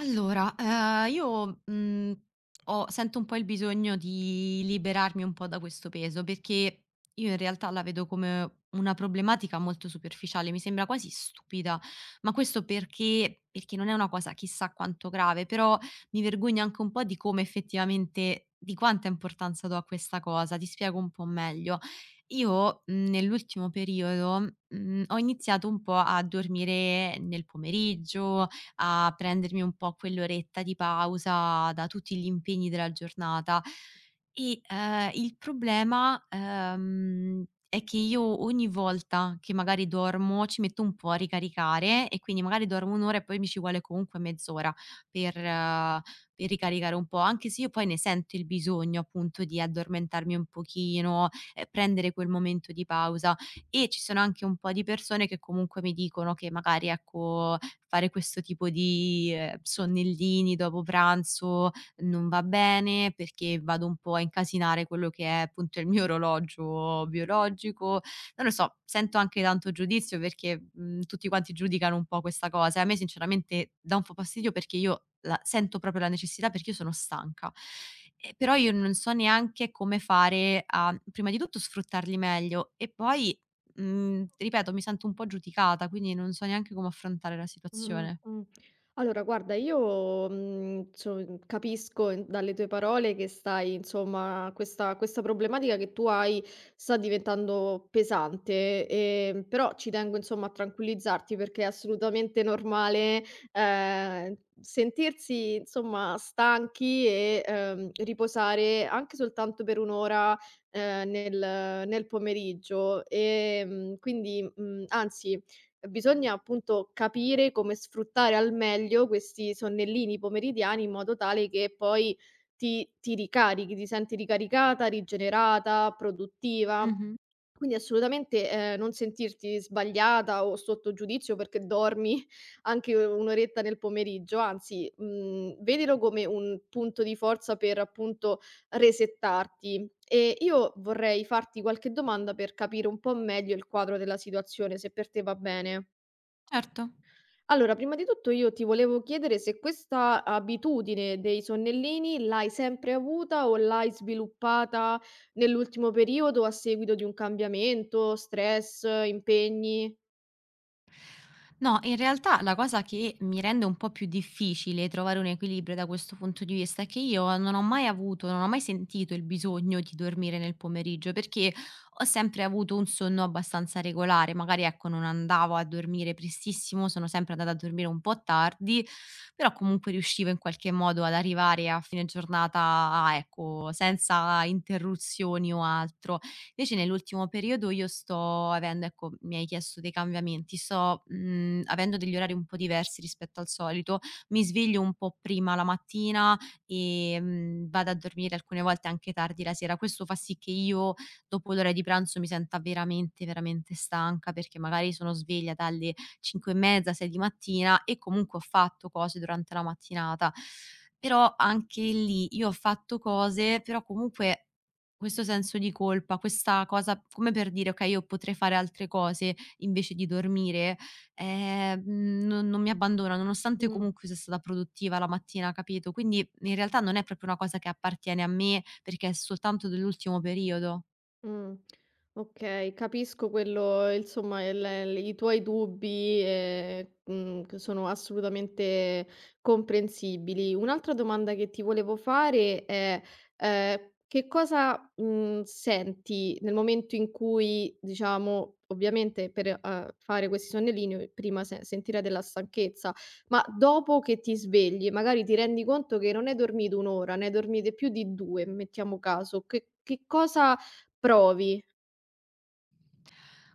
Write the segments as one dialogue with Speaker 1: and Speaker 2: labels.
Speaker 1: Allora, io, ho sento un po' il bisogno di liberarmi un po' da questo peso, perché io in realtà la vedo come una problematica molto superficiale, mi sembra quasi stupida, ma questo perché non è una cosa chissà quanto grave, però mi vergogno anche un po' di come effettivamente di quanta importanza do a questa cosa. Ti spiego un po' meglio. Io, nell'ultimo periodo, ho iniziato un po' a dormire nel pomeriggio, a prendermi un po' quell'oretta di pausa da tutti gli impegni della giornata. E, il problema, è che io ogni volta che magari dormo ci metto un po' a ricaricare e quindi magari dormo 1 ora e poi mi ci vuole comunque mezz'ora per eh, per ricaricare un po', anche se io poi ne sento il bisogno appunto di addormentarmi un pochino, prendere quel momento di pausa. E ci sono anche un po' di persone che comunque mi dicono che magari ecco, fare questo tipo di sonnellini dopo pranzo non va bene, perché vado un po' a incasinare quello che è appunto il mio orologio biologico. Non lo so, sento anche tanto giudizio perché, tutti quanti giudicano un po' questa cosa e a me sinceramente dà un po' fastidio perché io la sento proprio la necessità perché io sono stanca. Però io non so neanche come fare a, prima di tutto sfruttarli meglio e poi ti ripeto, mi sento un po' giudicata, quindi non so neanche come affrontare la
Speaker 2: Mh,
Speaker 1: situazione.
Speaker 2: mh. Allora guarda io, mhmm, so mm, capisco in dalle tue parole che stai insomma questa problematica che tu hai sta diventando pesante, però ci tengo insomma a tranquillizzarti perché è assolutamente normale, sentirsi insomma stanchi e riposare anche soltanto per 1 ora, ehm, nel nel pomeriggio. Quindi, anzi bisogna appunto capire come sfruttare al meglio questi sonnellini pomeridiani in modo tale che poi ti ricarichi, ti senti ricaricata, rigenerata, produttiva.
Speaker 1: Mh-mh.
Speaker 2: Quindi assolutamente, non sentirti sbagliata o sotto giudizio perché dormi anche u un'oretta nel pomeriggio, anzi, vedilo come un punto di forza per appunto resettarti. E io vorrei farti qualche domanda per capire un po' meglio il quadro della situazione, se per te va bene.
Speaker 1: Certo.
Speaker 2: Allora, prima di tutto io ti volevo chiedere se questa abitudine dei sonnellini l'hai sempre avuta o l'hai sviluppata nell'ultimo periodo a seguito di un cambiamento, stress, impegni?
Speaker 1: No, in realtà la cosa che mi rende un po' più difficile trovare un equilibrio da questo punto di vista è che io non ho mai avuto, non ho mai sentito il bisogno di dormire nel pomeriggio perché ho sempre avuto un sonno abbastanza regolare, magari ecco non andavo a dormire prestissimo, sono sempre andata a dormire un po' tardi, però comunque riuscivo in qualche modo ad arrivare a fine giornata, ecco, senza interruzioni o altro. Invece nell'ultimo periodo io sto avendo ecco, mi hai chiesto dei cambiamenti, sto, avendo degli orari un po' diversi rispetto al solito. Mi sveglio un po' prima la mattina, vado a dormire alcune volte anche tardi la sera. Questo fa sì che io dopo l'ora di pranzo mi senta veramente, veramente stanca, perché magari sono sveglia dalle 5 e mezza, 6 di mattina e comunque ho fatto cose durante la mattinata. Però anche lì io ho fatto cose, però comunque questo senso di colpa, questa cosa come per dire: "Okay, io potrei fare altre cose invece di dormire", ehm, non mi abbandona, nonostante
Speaker 2: Mh.
Speaker 1: comunque sia stata produttiva la mattina, capito? Quindi in realtà non è proprio una cosa che appartiene a me, perché è soltanto dell'ultimo periodo.
Speaker 2: Mh. Okay, capisco quello insomma il l i tuoi dubbi, che sono assolutamente comprensibili. Un'altra domanda che ti volevo fare è, che cosa, senti nel momento in cui diciamo ovviamente per, fare questi sonnellini prima se sentire della stanchezza, ma dopo che ti svegli, magari ti rendi conto che non hai dormito 1 ora, ne hai dormite più di 2, mettiamo caso, che cosa provi.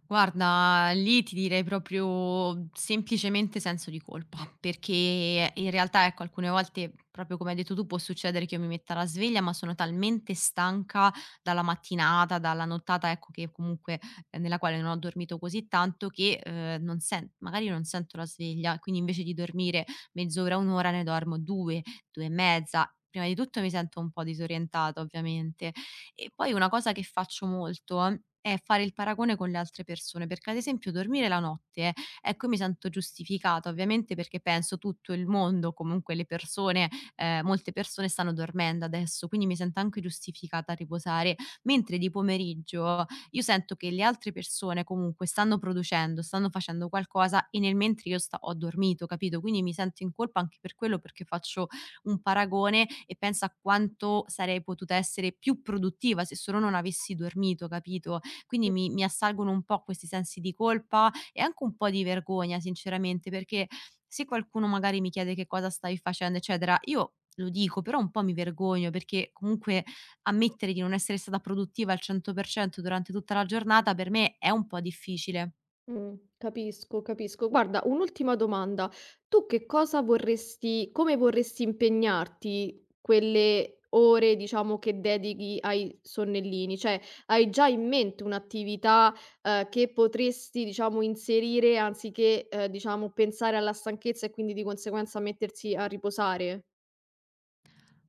Speaker 1: Guarda, lì ti direi proprio semplicemente senso di colpa, perché in realtà, ecco, alcune volte, proprio come hai detto tu, può succedere che io mi metta la sveglia, ma sono talmente stanca dalla mattinata, dalla nottata, ecco, che comunque nella quale non ho dormito così tanto che non sen- magari non sento la sveglia, quindi invece di dormire mezz'ora, un'ora, ne dormo due, due e mezza. Prima di tutto mi sento un po' disorientata, ovviamente, e poi una cosa che faccio molto è fare il paragone con le altre persone, perché ad esempio dormire la notte, ecco, io mi sento giustificata ovviamente perché penso tutto il mondo, comunque le persone, molte persone stanno dormendo adesso, quindi mi sento anche giustificata a riposare, mentre di pomeriggio io sento che le altre persone comunque stanno producendo, stanno facendo qualcosa e nel mentre io sta ho dormito, capito? Quindi mi sento in colpa anche per quello, perché faccio un paragone e pensa a quanto sarei potuta essere più produttiva se solo non avessi dormito, capito? Quindi mi assalgono un po' questi sensi di colpa e anche un po' di vergogna sinceramente, perché se qualcuno magari mi chiede: "Che cosa stai facendo?" eccetera, io lo dico, però un po' mi vergogno perché comunque ammettere di non essere stata produttiva al 100% durante tutta la giornata per me è un po' difficile.
Speaker 2: Capisco, capisco. Guarda, un'ultima domanda: tu che cosa vorresti come vorresti impegnarti quelle ore, diciamo, che dedichi ai sonnellini? Cioè, hai già in mente un'attività, che potresti, diciamo, inserire anziché, diciamo, pensare alla stanchezza e quindi di conseguenza mettersi a riposare?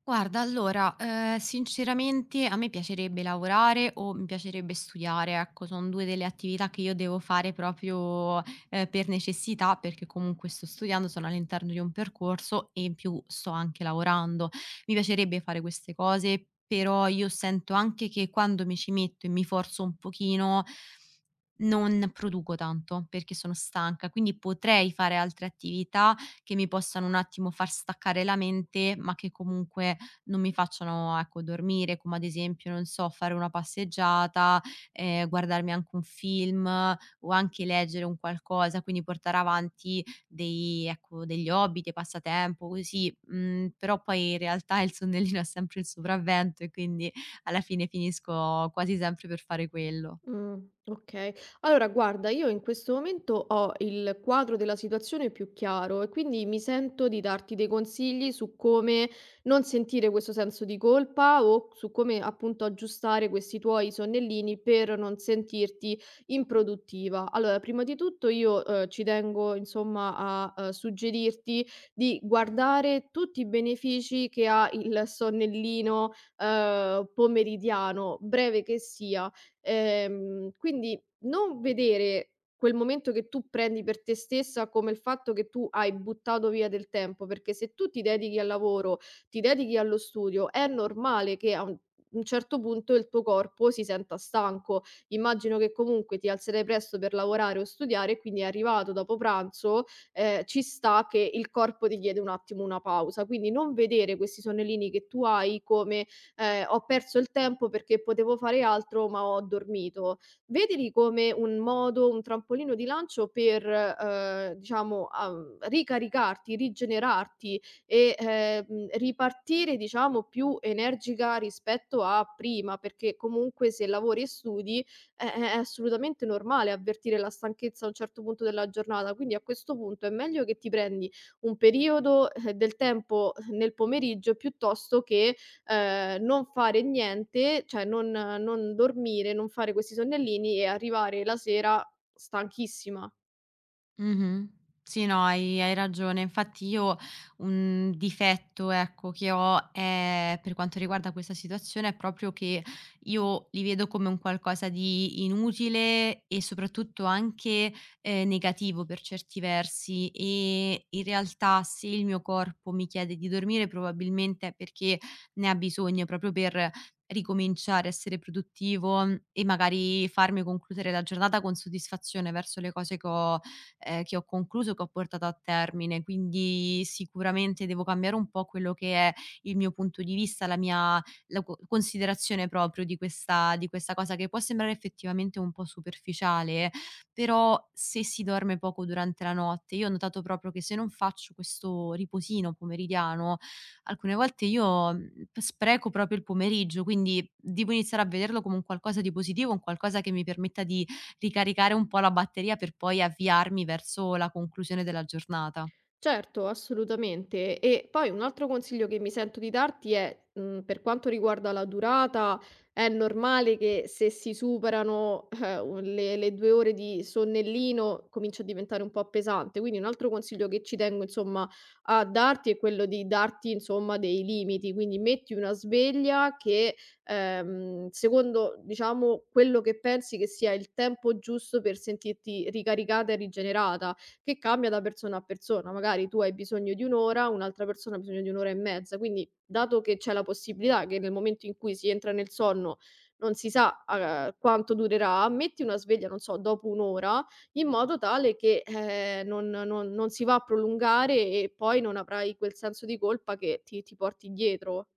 Speaker 1: Guarda, allora, sinceramente a me piacerebbe lavorare o mi piacerebbe studiare, ecco, son 2 delle attività che io devo fare proprio, per necessità, perché comunque sto studiando, sono all'interno di un percorso e in più sto anche lavorando. Mi piacerebbe fare queste cose, però io sento anche che quando mi ci metto e mi forzo un pochino, non produco tanto perché sono stanca, quindi potrei fare altre attività che mi possano un attimo far staccare la mente, ma che comunque non mi facciano, ecco, dormire, come ad esempio, non so, fare una passeggiata, guardarmi anche un film o anche leggere un qualcosa, quindi portare avanti dei ecco, degli hobby, dei passatempo, così. Mhmm, però poi in realtà il sonnellino ha sempre il sopravvento e quindi alla fine finisco quasi sempre per fare quello.
Speaker 2: Mh, okay. Allora guarda, io in questo momento ho il quadro della situazione più chiaro e quindi mi sento di darti dei consigli su come non sentire questo senso di colpa o su come appunto aggiustare questi tuoi sonnellini per non sentirti improduttiva. Allora, prima di tutto io, ci tengo insomma a, suggerirti di guardare tutti i benefici che ha il sonnellino, pomeridiano, breve che sia. Quindi non vedere quel momento che tu prendi per te stessa come il fatto che tu hai buttato via del tempo, perché se tu ti dedichi al lavoro, ti dedichi allo studio, è normale che a un certo punto il tuo corpo si senta stanco. Immagino che comunque ti alzerai presto per lavorare o studiare, quindi è arrivato dopo pranzo, ci sta che il corpo ti chiede un attimo una pausa. Quindi non vedere questi sonnellini che tu hai come ho perso il tempo perché potevo fare altro, ma ho dormito. Vedili come un modo, un trampolino di lancio per, diciamo, ricaricarti, rigenerarti e, ripartire, diciamo, più energica rispetto a prima, perché comunque se lavori e studi, è assolutamente normale avvertire la stanchezza a un certo punto della giornata. Quindi a questo punto è meglio che ti prendi un periodo, del tempo nel pomeriggio piuttosto che, non fare niente, cioè non dormire, non fare questi sonnellini e arrivare la sera stanchissima.
Speaker 1: Mh-mh. Sì, no, hai ragione. Infatti io un difetto, ecco, che ho è per quanto riguarda questa situazione è proprio che io li vedo come un qualcosa di inutile e soprattutto anche, negativo per certi versi e in realtà se il mio corpo mi chiede di dormire probabilmente è perché ne ha bisogno proprio per ricominciare a essere produttivo e magari farmi concludere la giornata con soddisfazione verso le cose che ho concluso, che ho portato a termine. Quindi sicuramente devo cambiare un po' quello che è il mio punto di vista, la mia la co considerazione proprio di questa cosa che può sembrare effettivamente un po' superficiale, però se si dorme poco durante la notte io ho notato proprio che se non faccio questo riposino pomeridiano, alcune volte io, mhmm, p spreco proprio il pomeriggio, quindi devo iniziare a vederlo come un qualcosa di positivo, un qualcosa che mi permetta di ricaricare un po' la batteria per poi avviarmi verso la conclusione della giornata.
Speaker 2: Certo, assolutamente. E poi un altro consiglio che mi sento di darti è, per quanto riguarda la durata, è normale che se si superano, un le 2 ore di sonnellino comincia a diventare un po' pesante. Quindi un altro consiglio che ci tengo insomma a darti è quello di darti insomma dei limiti, quindi metti una sveglia che, secondo diciamo quello che pensi che sia il tempo giusto per sentirti ricaricata e rigenerata che cambia da persona a persona. Magari tu hai bisogno di 1 ora, un'altra persona ha bisogno di 1 ora e mezza. Quindi, dato che c'è la possibilità che nel momento in cui si entra nel sonno non si sa, quanto durerà, metti una sveglia, non so, dopo 1 ora, in modo tale che, non si va a prolungare e poi non avrai quel senso di colpa che ti porti dietro.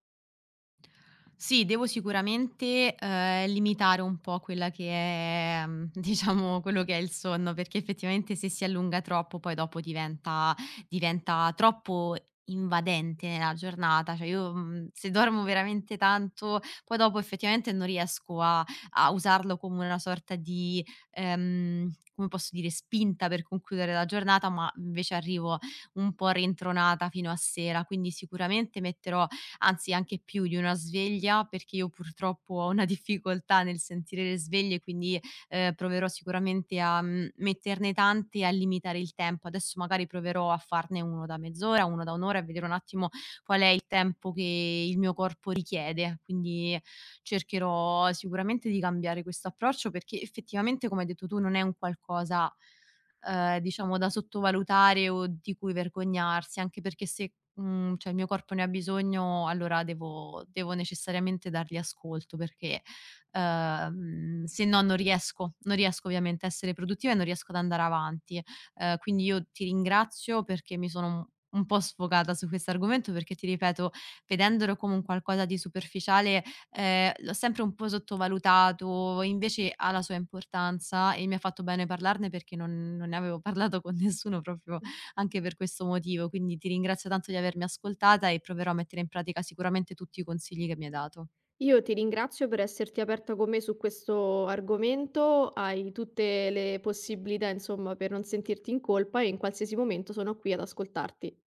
Speaker 1: Sì, devo sicuramente, limitare un po' quella che è diciamo quello che è il sonno, perché effettivamente se si allunga troppo poi dopo diventa troppo invadente nella giornata. Cioè io, se dormo veramente tanto, poi dopo effettivamente non riesco a usarlo come una sorta di, come posso dire, spinta per concludere la giornata, ma invece arrivo un po' rintronata fino a sera. Quindi sicuramente metterò anzi anche più di una sveglia, perché io purtroppo ho una difficoltà nel sentire le sveglie, quindi, proverò sicuramente a, metterne tante e a limitare il tempo. Adesso magari proverò a farne 1 da mezz'ora, 1 da 1 ora e vedere un attimo qual è il tempo che il mio corpo richiede. Quindi cercherò sicuramente di cambiare questo approccio, perché effettivamente, come hai detto tu, non è un qualcosa, diciamo da sottovalutare o di cui vergognarsi, anche perché se cioè il mio corpo ne ha bisogno, allora devo necessariamente dargli ascolto perché, se no non riesco ovviamente a essere produttiva e non riesco ad andare avanti. Quindi io ti ringrazio perché mi sono un po' sfogata su questo argomento perché ti ripeto, vedendolo come un qualcosa di superficiale, l'ho sempre un po' sottovalutato, invece ha la sua importanza e mi ha fatto bene parlarne perché non ne avevo parlato con nessuno proprio anche per questo motivo. Quindi ti ringrazio tanto di avermi ascoltata e proverò a mettere in pratica sicuramente tutti i consigli che mi hai dato.
Speaker 2: Io ti ringrazio per esserti aperta con me su questo argomento, hai tutte le possibilità, insomma, per non sentirti in colpa e in qualsiasi momento sono qui ad ascoltarti.